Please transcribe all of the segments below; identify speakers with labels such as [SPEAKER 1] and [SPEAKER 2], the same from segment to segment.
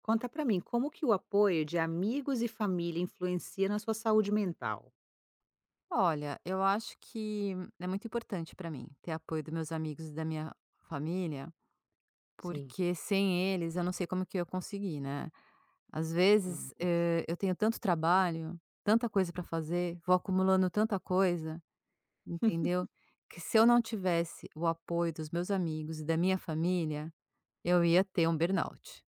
[SPEAKER 1] Conta pra mim, como que o apoio de amigos e família influencia na sua saúde mental?
[SPEAKER 2] Olha, eu acho que é muito importante para mim ter apoio dos meus amigos e da minha família,
[SPEAKER 1] Sim.
[SPEAKER 2] porque sem eles eu não sei como que eu ia conseguir, né. Às
[SPEAKER 1] Hum.
[SPEAKER 2] vezes, eu tenho tanto trabalho, tanta coisa para fazer, vou acumulando tanta coisa, entendeu, que se eu não tivesse o apoio dos meus amigos e da minha família, eu ia ter um burnout.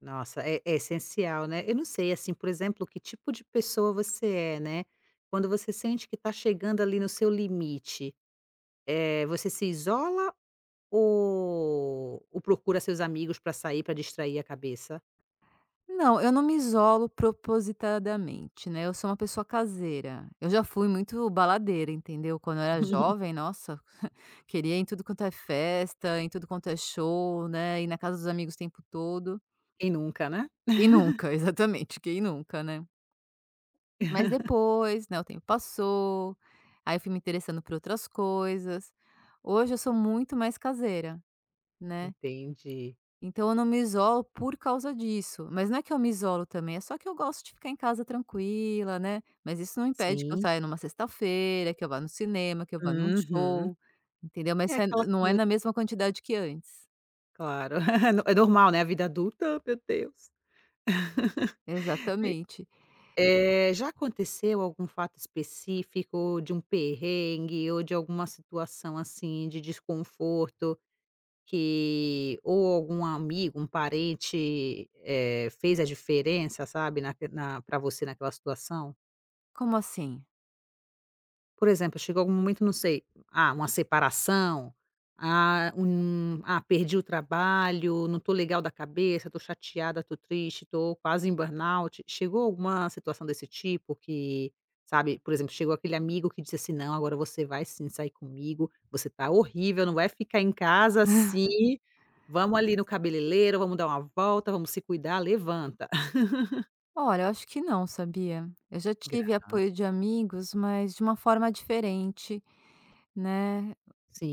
[SPEAKER 1] Nossa, é, é essencial, né? Eu não sei, assim, por exemplo, que tipo de pessoa você é, né? Quando você sente que está chegando ali no seu limite, você se isola ou procura seus amigos para sair, para distrair a cabeça?
[SPEAKER 2] Não, eu não me isolo propositadamente, né, eu sou uma pessoa caseira. Eu já fui muito baladeira, entendeu. Quando eu era jovem, nossa, queria ir em tudo quanto é festa, em tudo quanto é show, né, ir na casa dos amigos o tempo todo.
[SPEAKER 1] Quem nunca, né?
[SPEAKER 2] E nunca? Exatamente, quem nunca, né. Mas depois, né, o tempo passou, aí eu fui me interessando por outras coisas. Hoje eu sou muito mais caseira, né.
[SPEAKER 1] Entendi.
[SPEAKER 2] Então eu não me isolo por causa disso, mas não é que eu me isolo também, é só que eu gosto de ficar em casa tranquila, né, mas isso não impede que eu
[SPEAKER 1] Sim.
[SPEAKER 2] saia numa sexta-feira, que eu vá no cinema, que eu vá num
[SPEAKER 1] Uhum.
[SPEAKER 2] show, entendeu, mas
[SPEAKER 1] É
[SPEAKER 2] isso é
[SPEAKER 1] aquela
[SPEAKER 2] não é
[SPEAKER 1] coisa,
[SPEAKER 2] na mesma quantidade que antes.
[SPEAKER 1] claro. É normal, né? A vida adulta, meu Deus.
[SPEAKER 2] Exatamente.
[SPEAKER 1] Já aconteceu algum fato específico de um perrengue ou de alguma situação, assim, de desconforto que ou algum amigo, um parente, fez a diferença, sabe, na pra você naquela situação?
[SPEAKER 2] Como assim?
[SPEAKER 1] Por exemplo, chegou algum momento, não sei, ah, uma separação, ah, um ah, perdi o trabalho, não tô legal da cabeça, tô chateada, tô triste, tô quase em burnout. Chegou alguma situação desse tipo que, sabe, por exemplo, chegou aquele amigo que disse assim: "Não, agora você vai sim sair comigo, você tá horrível, não vai ficar em casa assim, vamos ali no cabeleireiro, vamos dar uma volta, vamos se cuidar, levanta".
[SPEAKER 2] Olha, eu acho que não, sabia? Eu já tive apoio
[SPEAKER 1] Grande.
[SPEAKER 2] de amigos, mas de uma forma diferente, né,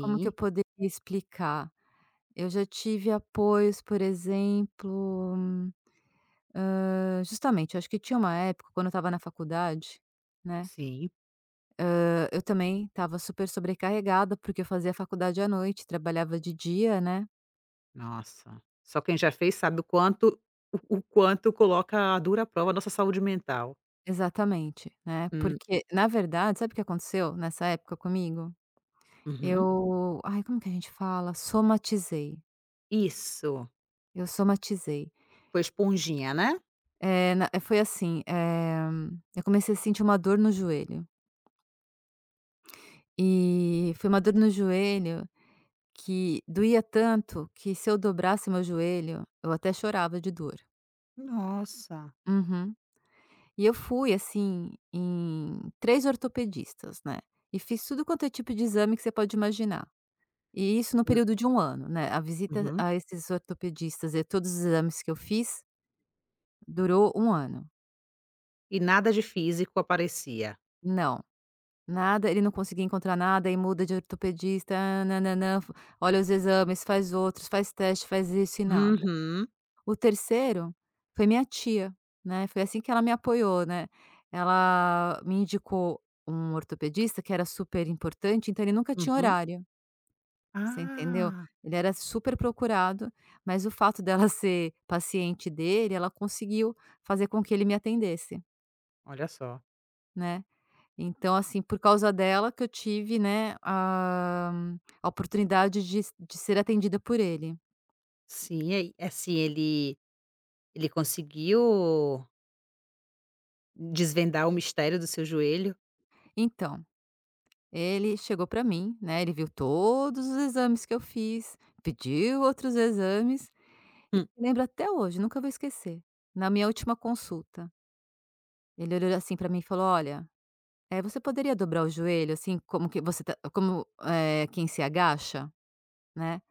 [SPEAKER 2] como que eu poderia explicar? Eu já tive apoios, por exemplo. Hã, justamente, eu acho que tinha uma época, quando eu estava na faculdade, né,
[SPEAKER 1] sim.
[SPEAKER 2] eu também estava super sobrecarregada, porque eu fazia faculdade à noite, trabalhava de dia, né.
[SPEAKER 1] Nossa, só quem já fez sabe o quanto o quanto coloca a dura prova a nossa saúde mental.
[SPEAKER 2] Exatamente, né,
[SPEAKER 1] Hum,
[SPEAKER 2] porque na verdade, sabe o que aconteceu nessa época comigo?
[SPEAKER 1] uhum.
[SPEAKER 2] Eu ai, como que a gente fala? Somatizei,
[SPEAKER 1] Isso,
[SPEAKER 2] eu somatizei.
[SPEAKER 1] foi esponjinha, né?
[SPEAKER 2] É na é, foi assim, eu comecei a sentir uma dor no joelho, e foi uma dor no joelho que doía tanto que se eu dobrasse meu joelho, eu até chorava de dor.
[SPEAKER 1] Nossa.
[SPEAKER 2] Uhum. E eu fui, assim, em 3 ortopedistas, né, e fiz tudo quanto é tipo de exame que você pode imaginar. E isso no
[SPEAKER 1] Hã,
[SPEAKER 2] período de um ano, né, a visita
[SPEAKER 1] uhum.
[SPEAKER 2] a esses ortopedistas e todos os exames que eu fiz durou um ano.
[SPEAKER 1] E nada de físico aparecia.
[SPEAKER 2] Não, nada, ele não conseguia encontrar nada e muda de ortopedista, nã-nã-nã, olha os exames, faz outros, faz teste, faz isso e nada.
[SPEAKER 1] Uhum,
[SPEAKER 2] O terceiro foi minha tia, né, foi assim que ela me apoiou, né. Ela me indicou um ortopedista que era super importante, então ele nunca tinha
[SPEAKER 1] uhum.
[SPEAKER 2] horário, você entendeu?
[SPEAKER 1] Ah.
[SPEAKER 2] Ele era super procurado, mas o fato dela ser paciente dele, ela conseguiu fazer com que ele me atendesse,
[SPEAKER 1] Olha só.
[SPEAKER 2] né. Então, assim, por causa dela que eu tive, né, a oportunidade de ser atendida por ele.
[SPEAKER 1] Sim, aí assim, ele conseguiu desvendar o mistério do seu joelho?
[SPEAKER 2] Então, ele chegou para mim, né, ele viu todos os exames que eu fiz, pediu outros exames,
[SPEAKER 1] Hum,
[SPEAKER 2] lembro até hoje, nunca vou esquecer. Na minha última consulta, ele olhou assim para mim e falou: "Olha, você poderia dobrar o joelho, assim, como que você tá como, quem se agacha?", né.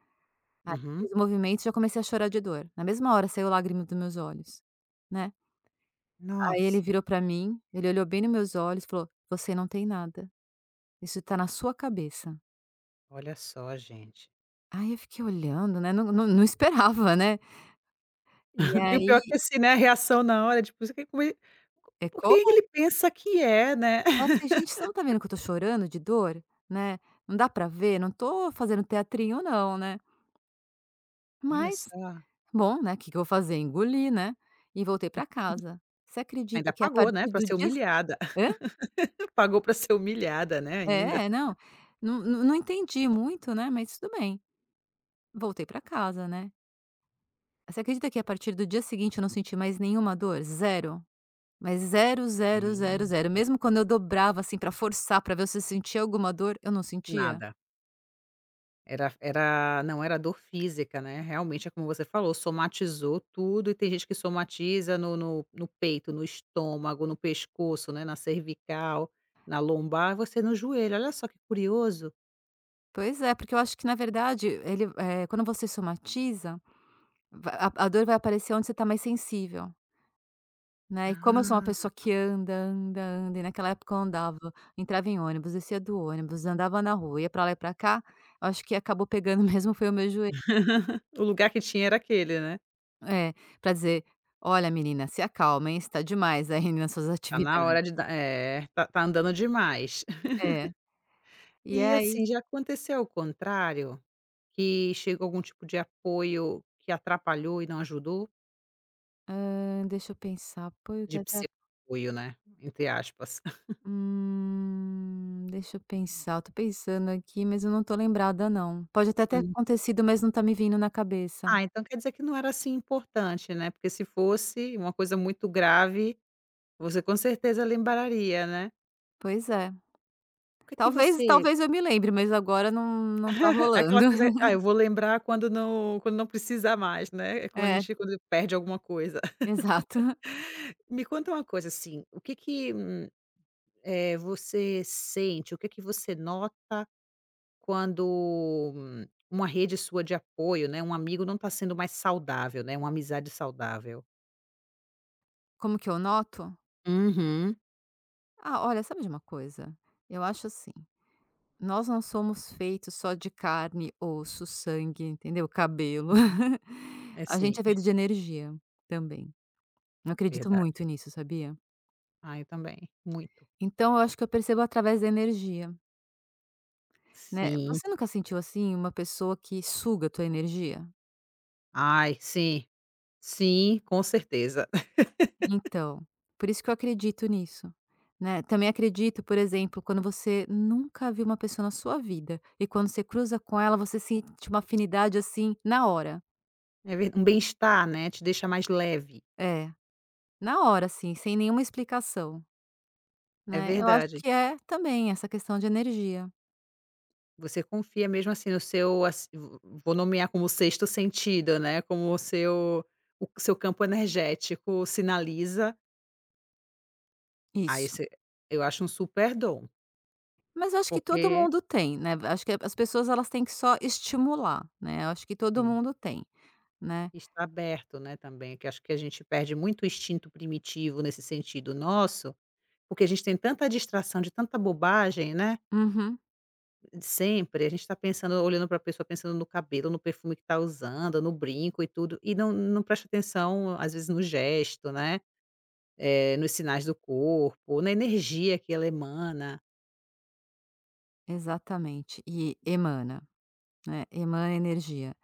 [SPEAKER 1] uhum.
[SPEAKER 2] Fiz o movimento, e já comecei a chorar de dor. Na mesma hora saiu lágrima dos meus olhos, né. Aí ele
[SPEAKER 1] Nossa.
[SPEAKER 2] virou para mim, ele olhou bem nos meus olhos e falou: "Você não tem nada, isso tá na sua cabeça".
[SPEAKER 1] Olha só, gente.
[SPEAKER 2] Aí eu fiquei olhando, né, não esperava, né. E
[SPEAKER 1] E o
[SPEAKER 2] aí
[SPEAKER 1] pior é que assim, né, a reação na hora, tipo, você fica com
[SPEAKER 2] é
[SPEAKER 1] o que
[SPEAKER 2] como?
[SPEAKER 1] ele pensa que é, né.
[SPEAKER 2] Aí eu falei: "Gente, você não tá vendo que eu tô chorando de dor, né, não dá pra ver, não tô fazendo teatrinho não, né".
[SPEAKER 1] Olha
[SPEAKER 2] Mas,
[SPEAKER 1] só,
[SPEAKER 2] bom, né, o que que eu vou fazer, engoli, né, e voltei pra casa. Você acredita
[SPEAKER 1] ainda
[SPEAKER 2] que a
[SPEAKER 1] pagou, né,
[SPEAKER 2] partir
[SPEAKER 1] pra
[SPEAKER 2] do
[SPEAKER 1] ser
[SPEAKER 2] dia se
[SPEAKER 1] humilhada.
[SPEAKER 2] hã?
[SPEAKER 1] Pagou pra ser humilhada, né, ainda.
[SPEAKER 2] É, é, não, não entendi muito, né, mas tudo bem, voltei pra casa, né. Você acredita que a partir do dia seguinte eu não senti mais nenhuma dor? Zero, mas zero, zero, zero,
[SPEAKER 1] Gente.
[SPEAKER 2] zero. Mesmo quando eu dobrava, assim, pra forçar pra ver se eu sentia alguma dor, eu não sentia.
[SPEAKER 1] Nada. Era não era dor física, né, realmente é como você falou, somatizou tudo e tem gente que somatiza no peito, no estômago, no pescoço, né, na cervical, na lombar, e você no joelho, olha só que curioso.
[SPEAKER 2] Pois é, porque eu acho que na verdade ele, quando você somatiza, va a dor vai aparecer onde você está mais sensível, né, e como eu sou uma
[SPEAKER 1] Ah,
[SPEAKER 2] pessoa que anda, anda, anda, e naquela época eu andava, entrava em ônibus, descia do ônibus, andava na rua, ia pra lá e pra cá, eu acho que acabou pegando mesmo foi o meu joelho.
[SPEAKER 1] o lugar que tinha era aquele, né.
[SPEAKER 2] É, pra dizer: "Olha menina, se acalma, hein, você está demais aí nas suas
[SPEAKER 1] Tá na
[SPEAKER 2] atividades".
[SPEAKER 1] hora de dar é, tá andando demais.
[SPEAKER 2] É. E
[SPEAKER 1] E
[SPEAKER 2] aí,
[SPEAKER 1] assim, já aconteceu o contrário? Que chegou algum tipo de apoio que atrapalhou e não ajudou?
[SPEAKER 2] hã, deixa eu pensar, apoio que
[SPEAKER 1] De
[SPEAKER 2] é.
[SPEAKER 1] pseudo-apoio, né, entre aspas.
[SPEAKER 2] Deixa eu pensar, eu tô pensando aqui, mas eu não tô lembrada não. Pode até ter
[SPEAKER 1] Hum.
[SPEAKER 2] acontecido, mas não tá me vindo na cabeça.
[SPEAKER 1] Ah, então quer dizer que não era, assim, importante, né, porque se fosse uma coisa muito grave, você com certeza lembraria, né.
[SPEAKER 2] Pois é.
[SPEAKER 1] O que é que
[SPEAKER 2] Talvez
[SPEAKER 1] você
[SPEAKER 2] talvez eu me lembre, mas agora não não tá
[SPEAKER 1] aquela
[SPEAKER 2] rolando.
[SPEAKER 1] coisa: "Ah, eu vou lembrar quando quando não precisar mais", né, é quando a
[SPEAKER 2] É,
[SPEAKER 1] gente quando perde alguma coisa.
[SPEAKER 2] exato.
[SPEAKER 1] Me conta uma coisa, assim, o que que você sente? O que que você nota quando uma rede sua de apoio, né, um amigo não está sendo mais saudável, né, uma amizade saudável?
[SPEAKER 2] Como que eu noto?
[SPEAKER 1] Uhum.
[SPEAKER 2] Ah, olha, sabe de uma coisa? Eu acho assim, nós não somos feitos só de carne, osso, sangue, entendeu? Cabelo.
[SPEAKER 1] Uhum. É
[SPEAKER 2] A
[SPEAKER 1] sim,
[SPEAKER 2] gente é feito de energia também. Eu acredito muito
[SPEAKER 1] verdade.
[SPEAKER 2] nisso, sabia?
[SPEAKER 1] Ah, eu também, muito.
[SPEAKER 2] Então eu acho que eu percebo através da energia. Né,
[SPEAKER 1] Sim.
[SPEAKER 2] você nunca sentiu, assim, uma pessoa que suga tua energia?
[SPEAKER 1] Ai, sim. Sim, com certeza.
[SPEAKER 2] Então, por isso que eu acredito nisso, né. Também acredito, por exemplo, quando você nunca viu uma pessoa na sua vida e quando você cruza com ela, você sente uma afinidade, assim, na hora.
[SPEAKER 1] É ver um bem-estar, né, te deixa mais leve.
[SPEAKER 2] É, na hora, assim, sem nenhuma explicação,
[SPEAKER 1] É
[SPEAKER 2] né. Eu acho
[SPEAKER 1] verdade.
[SPEAKER 2] que é também essa questão de energia.
[SPEAKER 1] Você confia mesmo assim no seu assi vo vou nomear como sexto sentido, né, como o seu campo energético sinaliza, aí
[SPEAKER 2] Isso.
[SPEAKER 1] você eu acho um super dom,
[SPEAKER 2] Mas eu acho que todo
[SPEAKER 1] porque
[SPEAKER 2] mundo tem, né, acho que as pessoas elas têm que só estimular, né, eu acho que todo
[SPEAKER 1] sim,
[SPEAKER 2] mundo tem, né.
[SPEAKER 1] está aberto, né, também, que acho que a gente perde muito o instinto primitivo nesse sentido nosso, porque a gente tem tanta distração de tanta bobagem, né,
[SPEAKER 2] Uhum.
[SPEAKER 1] de sempre, a gente está pensando olhando para a pessoa, pensando no cabelo, no perfume que está usando, no brinco e tudo, e não presta atenção, às vezes, no gesto, né. Nos sinais do corpo, na energia que ela emana.
[SPEAKER 2] Exatamente, e emana, né, emana energia.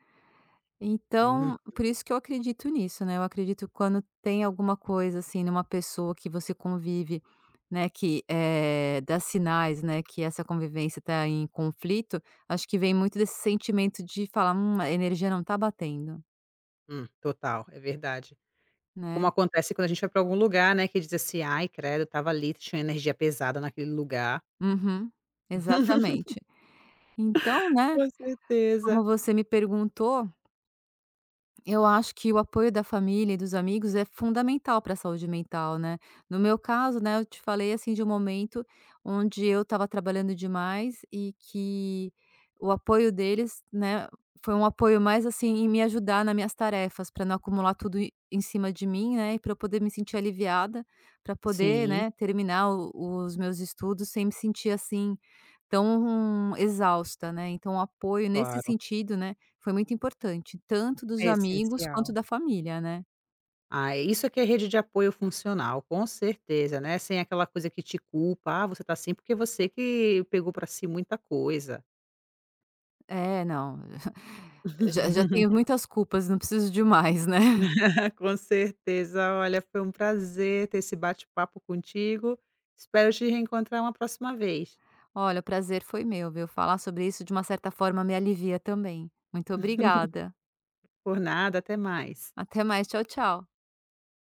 [SPEAKER 1] Uhum,
[SPEAKER 2] Então, por isso que eu acredito nisso, né, eu acredito que quando tem alguma coisa, assim, numa pessoa que você convive, né, que, dá sinais, né, que essa convivência está em conflito, acho que vem muito desse sentimento de falar: a energia não tá batendo",
[SPEAKER 1] total, é verdade. Como
[SPEAKER 2] né.
[SPEAKER 1] acontece quando a gente vai para algum lugar, né, que diz assim: "Ai, credo, tava ali, tinha energia pesada naquele lugar".
[SPEAKER 2] Uhum, exatamente. Então, né,
[SPEAKER 1] Com
[SPEAKER 2] como
[SPEAKER 1] certeza.
[SPEAKER 2] você me perguntou, eu acho que o apoio da família e dos amigos é fundamental para a saúde mental, né. No meu caso, né, eu te falei, assim, de um momento onde eu estava trabalhando demais e que o apoio deles, né, foi um apoio mais, assim, em me ajudar nas minhas tarefas, para não acumular tudo e em cima de mim, né, e para eu poder me sentir aliviada, para poder,
[SPEAKER 1] Sim,
[SPEAKER 2] né, terminar o os meus estudos sem me sentir, assim, tão exausta, né. Então o apoio nesse
[SPEAKER 1] claro,
[SPEAKER 2] sentido, né, foi muito importante, tanto dos
[SPEAKER 1] é
[SPEAKER 2] amigos quanto
[SPEAKER 1] essencial.
[SPEAKER 2] da família, né.
[SPEAKER 1] Ah, isso é que é rede de apoio funcional, com certeza, né, sem aquela coisa que te culpa: "Ah, você tá assim porque é você que pegou pra si muita coisa".
[SPEAKER 2] É, não, já tenho muitas culpas, não preciso de mais, né.
[SPEAKER 1] Com certeza. Olha, foi um prazer ter esse bate-papo contigo. Espero te reencontrar uma próxima vez.
[SPEAKER 2] Olha, o prazer foi meu, viu. Falar sobre isso, de uma certa forma, me alivia também. Muito obrigada.
[SPEAKER 1] Por nada, até mais.
[SPEAKER 2] Até mais. Tchau, tchau.